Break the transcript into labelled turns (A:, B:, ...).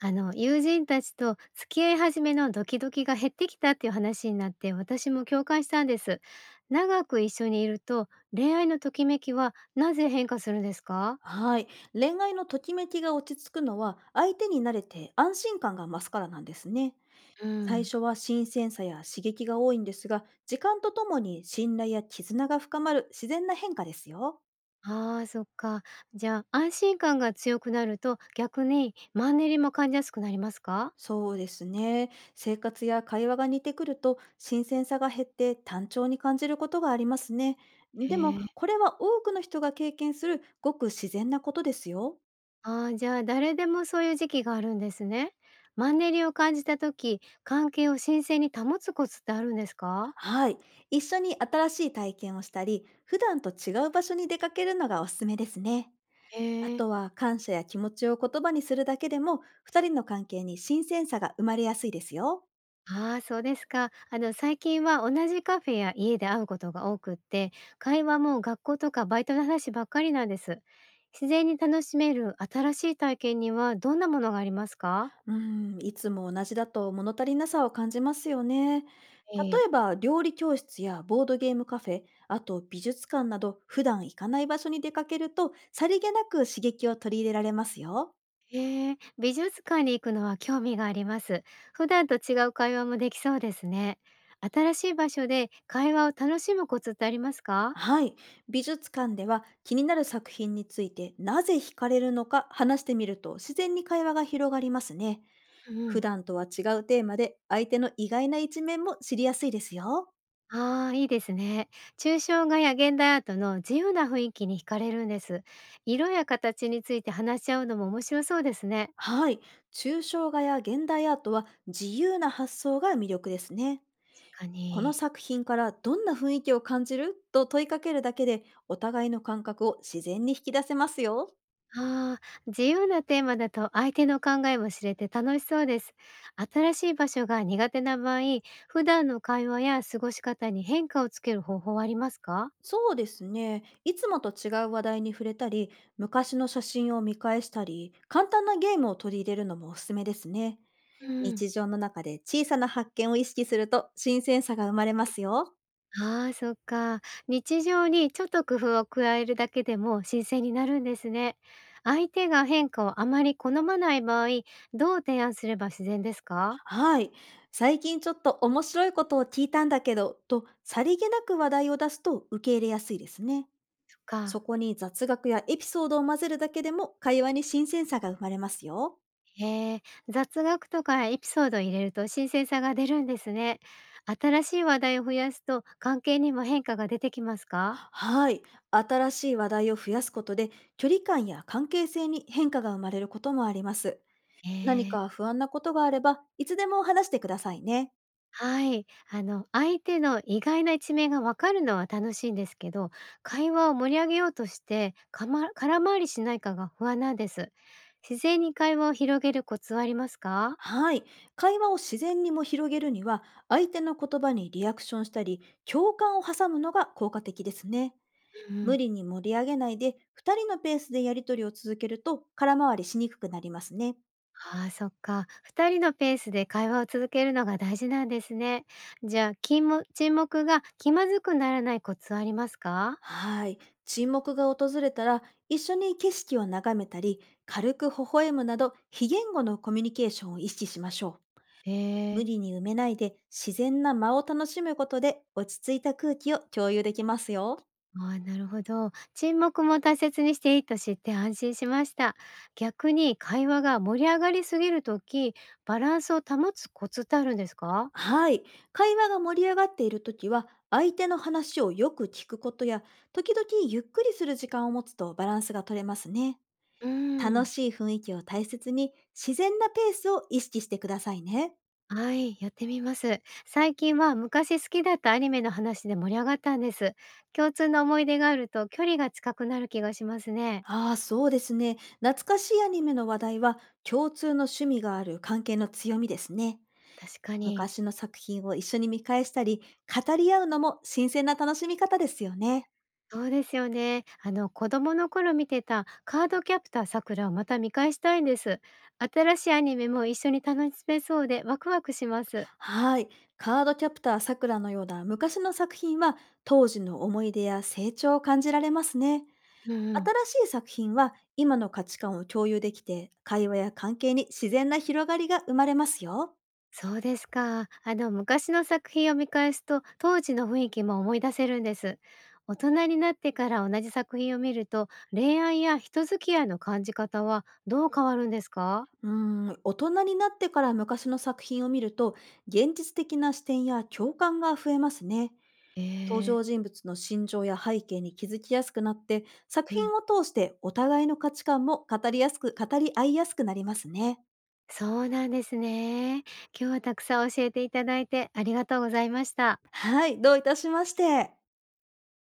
A: 友人たちと付き合い始めのドキドキが減ってきたっていう話になって、私も共感したんです。長く一緒にいると、恋愛のときめきはなぜ変化するんですか？
B: はい。恋愛のときめきが落ち着くのは、相手に慣れて安心感が増すからなんですね。
A: う
B: 最
A: ん。
B: 初は新鮮さや刺激が多いんですが、時間とともに信頼や絆が深まる自然な変化ですよ。
A: ああー、そっか。じゃあ、安心感が強くなると、逆にマンネリも感じやすくなりますか？
B: そうですね。生活や会話が似てくると、新鮮さが減って単調に感じることがありますね。
A: へ
B: でも、
A: え。
B: これは多くの人が経験するごく自然なことですよ。
A: ああー、じゃあ、誰でもそういう時期があるんですね。マンネリを感じたとき、関係を新鮮に保つコツってあるんですか？
B: はい。一緒に新しい体験をしたり、普段と違う場所に出かけるのがおすすめですね。
A: へ
B: あ
A: え。
B: とは感謝や気持ちを言葉にするだけでも、二人の関係に新鮮さが生まれやすいですよ。
A: ああ、そうですか。最近は同じカフェや家で会うことが多くって、会話も学校とかバイトの話ばっかりなんです。自然に楽しめる新しい体験にはどんなものがありますか？
B: うん、いつも同じだと物足りなさを感じますよね。例
A: え
B: え
A: え。
B: ば料理教室やボードゲームカフェ、あと美術館など普段行かない場所に出かけると、さりげなく刺激を取り入れられますよ。
A: ええ、美術館に行くのは興味があります。普段と違う会話もできそうですね。新しい場所で会話を楽しむコツってありますか？
B: はい。美術館では気になる作品について、なぜ惹かれるのか話してみると、自然に会話が広がりますね。
A: う
B: 普
A: ん。
B: 段とは違うテーマで、相手の意外な一面も知りやすいですよ。
A: ああ、いいですね。抽象画や現代アートの自由な雰囲気に惹かれるんです。色や形について話し合うのも面白そうですね。
B: はい。抽象画や現代アートは自由な発想が魅力ですね。
A: 確か
B: この
A: に。
B: 作品からどんな雰囲気を感じると問いかけるだけで、お互いの感覚を自然に引き出せますよ。
A: ああ、自由なテーマだと相手の考えも知れて楽しそうです。新しい場所が苦手な場合、普段の会話や過ごし方に変化をつける方法はありますか？
B: そうですね。いつもと違う話題に触れたり、昔の写真を見返したり、簡単なゲームを取り入れるのもおすすめですね。
A: うん。
B: 日常の中で小さな発見を意識すると、新鮮さが生まれますよ。
A: ああ、そっか。日常にちょっと工夫を加えるだけでも新鮮になるんですね。相手が変化をあまり好まない場合、どう提案すれば自然ですか？
B: はい。最近ちょっと面白いことを聞いたんだけど、とさりげなく話題を出すと受け入れやすいですね。
A: そっ
B: そ
A: か。
B: こに雑学やエピソードを混ぜるだけでも、会話に新鮮さが生まれますよ。
A: へえ、雑学とかエピソードを入れると新鮮さが出るんですね。新しい話題を増やすと関係にも変化が出てきますか？
B: はい。新しい話題を増やすことで、距離感や関係性に変化が生まれることもあります。
A: へ
B: 何
A: え。
B: か不安なことがあれば、いつでも話してくださいね。
A: はい。相手の意外な一面がわかるのは楽しいんですけど、会話を盛り上げようとして、空回りしないかが不安なんです。自然に会話を広げるコツはありますか？
B: はい。会話を自然にも広げるには、相手の言葉にリアクションしたり、共感を挟むのが効果的ですね。
A: う
B: 無
A: ん。
B: 理に盛り上げないで、2人のペースでやり取りを続けると、空回りしにくくなりますね。
A: ああ、そっか。2人のペースで会話を続けるのが大事なんですね。じゃあ、沈黙が気まずくならないコツはありますか？
B: はい。沈黙が訪れたら、一緒に景色を眺めたり、軽く微笑むなど、非言語のコミュニケーションを意識しましょう。
A: へ
B: 無
A: え。
B: 理に埋めないで、自然な間を楽しむことで、落ち着いた空気を共有できますよ。
A: ああ、なるほど。沈黙も大切にしていいと知って安心しました。逆に会話が盛り上がりすぎるとき、バランスを保つコツってあるんですか？
B: はい。会話が盛り上がっているときは、相手の話をよく聞くことや、時々ゆっくりする時間を持つと、バランスが取れますね。
A: うー
B: 楽
A: ん。
B: しい雰囲気を大切に、自然なペースを意識してくださいね。
A: はい、やってみます。最近は昔好きだったアニメの話で盛り上がったんです。共通の思い出があると距離が近くなる気がしますね。
B: ああ、そうですね。懐かしいアニメの話題は、共通の趣味がある関係の強みですね。
A: 確かに。
B: 昔の作品を一緒に見返したり、語り合うのも新鮮な楽しみ方ですよね。
A: そうですよね。子供の頃見てたカードキャプターさくらをまた見返したいんです。新しいアニメも一緒に楽しめそうでワクワクします。
B: はい。カードキャプターさくらのような昔の作品は、当時の思い出や成長を感じられますね。
A: うんうん。
B: 新しい作品は今の価値観を共有できて、会話や関係に自然な広がりが生まれますよ。
A: そうですか。昔の作品を見返すと当時の雰囲気も思い出せるんです。大人になってから同じ作品を見ると恋愛や人付き合いの感じ方はどう変わるんですか？
B: うー大人になってから昔の作品を見ると、現実的な視点や共感が増えますね。登
A: ええ。
B: 場人物の心情や背景に気づきやすくなって、作
A: う
B: 品
A: ん。
B: を通してお互いの価値観も語りやすく、語り合いやすくなりますね。
A: そうなんですね。今日はたくさん教えていただいてありがとうございました。
B: はい、どういたしまして。